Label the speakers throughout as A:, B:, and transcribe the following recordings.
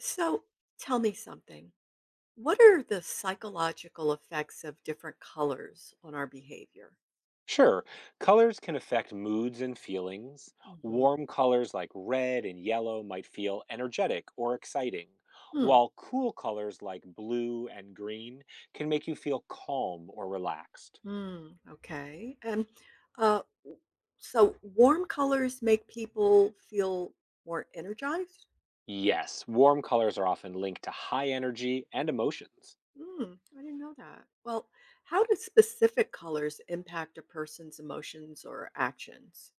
A: So tell me something. What are the psychological effects of different colors on our behavior?
B: Sure, colors can affect moods and feelings.
A: Mm-hmm.
B: Warm colors like red and yellow might feel energetic or exciting,
A: Hmm.
B: while cool colors like blue and green can make you feel calm or relaxed.
A: Mm, okay. Uh, w- so warm colors make people feel more energized?
B: Yes, warm colors are often linked to high energy and emotions.
A: Mm, I didn't know that. Well, how do specific colors impact a person's emotions or actions?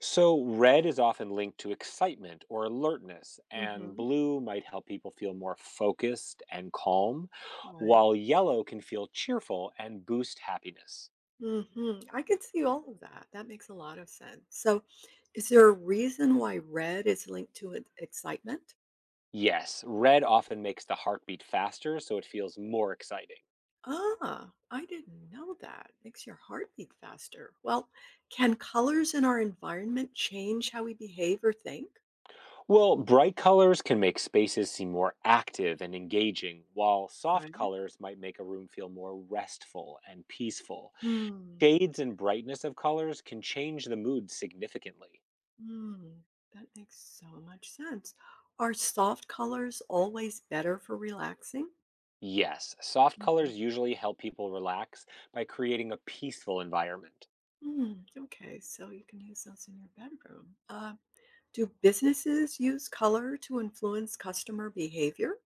B: So, red is often linked to excitement or alertness, and
A: Hmm.
B: blue might help people feel more focused and calm,
A: Right.
B: while yellow can feel cheerful and boost happiness.
A: Mhm. I can see all of that. That makes a lot of sense. So, is there a reason why red is linked to excitement?
B: Yes, red often makes the heartbeat faster, so it feels more exciting.
A: Ah, I didn't know that. Makes your heart beat faster. Well, can colors in our environment change how we behave or think?
B: Well, bright colors can make spaces seem more active and engaging, while soft
A: Right.
B: colors might make a room feel more restful and peaceful.
A: Hmm.
B: Shades and brightness of colors can change the mood significantly.
A: Hmm. That makes so much sense. Are soft colors always better for relaxing?
B: Yes, soft
A: Mhm.
B: colors usually help people relax by creating a peaceful environment.
A: Mm, okay, so you can use those in your bedroom. Do businesses use color to influence customer behavior?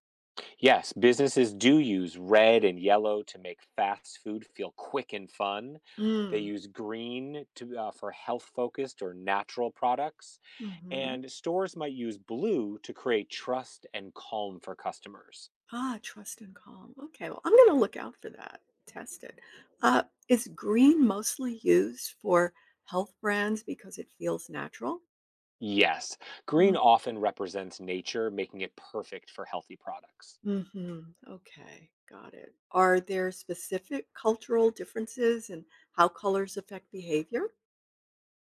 B: Yes, businesses do use red and yellow to make fast food feel quick and fun. They
A: Mm,
B: use green to for health-focused or natural products,
A: mhm.
B: and stores might use blue to create trust and calm for customers.
A: Ah, trust and calm. Okay, well, I'm gonna look out for that. Test it. Is green mostly used for health brands because it feels natural?
B: Yes, green
A: Mm,
B: often represents nature, making it perfect for healthy products.
A: mhm. Okay, got it. Are there specific cultural differences in how colors affect behavior?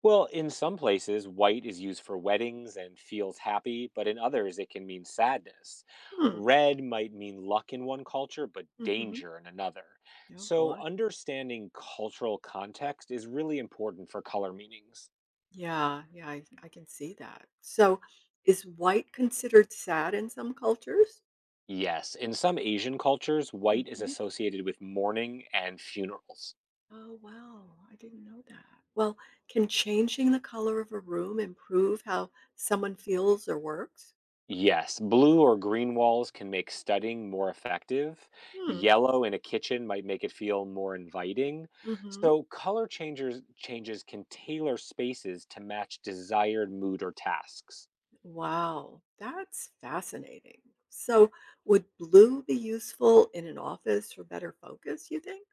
B: Well, in some places, white is used for weddings and feels happy, but in others, it can mean sadness.
A: Hmm.
B: Red might mean luck in one culture, but
A: Mhm.
B: danger in another.
A: Oh
B: So,
A: boy.
B: understanding cultural context is really important for color meanings.
A: Yeah, yeah, I can see that. So, is white considered sad in some cultures?
B: Yes, in some Asian cultures, white is
A: Mhm.
B: associated with mourning and funerals.
A: Oh, wow, I didn't know that. Well, can changing the color of a room improve how someone feels or works?
B: Yes, blue or green walls can make studying more effective.
A: Hmm.
B: Yellow in a kitchen might make it feel more inviting.
A: Mm-hmm.
B: So color changers changes can tailor spaces to match desired mood or tasks.
A: Wow, that's fascinating. So, would blue be useful in an office for better focus, you think?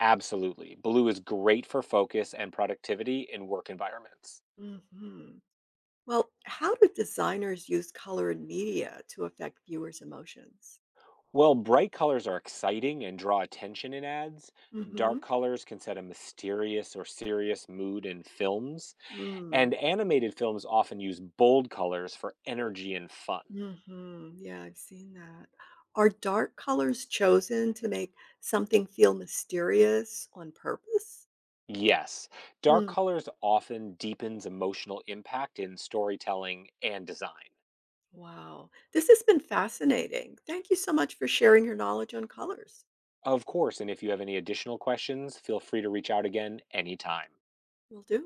B: Absolutely. Blue is great for focus and productivity in work environments.
A: Mm-hmm. Well, how do designers use color in media to affect viewers' emotions?
B: Well, bright colors are exciting and draw attention in ads.
A: Mm-hmm.
B: Dark colors can set a mysterious or serious mood in films. And
A: Mm,
B: animated films often use bold colors for energy and fun.
A: mhm, yeah, I've seen that. Are dark colors chosen to make something feel mysterious on purpose?
B: Yes, dark
A: Hmm,
B: colors often deepens emotional impact in storytelling and design.
A: wow. This has been fascinating. Thank you so much for sharing your knowledge on colors.
B: Of course, and if you have any additional questions, feel free to reach out again anytime.
A: Will do.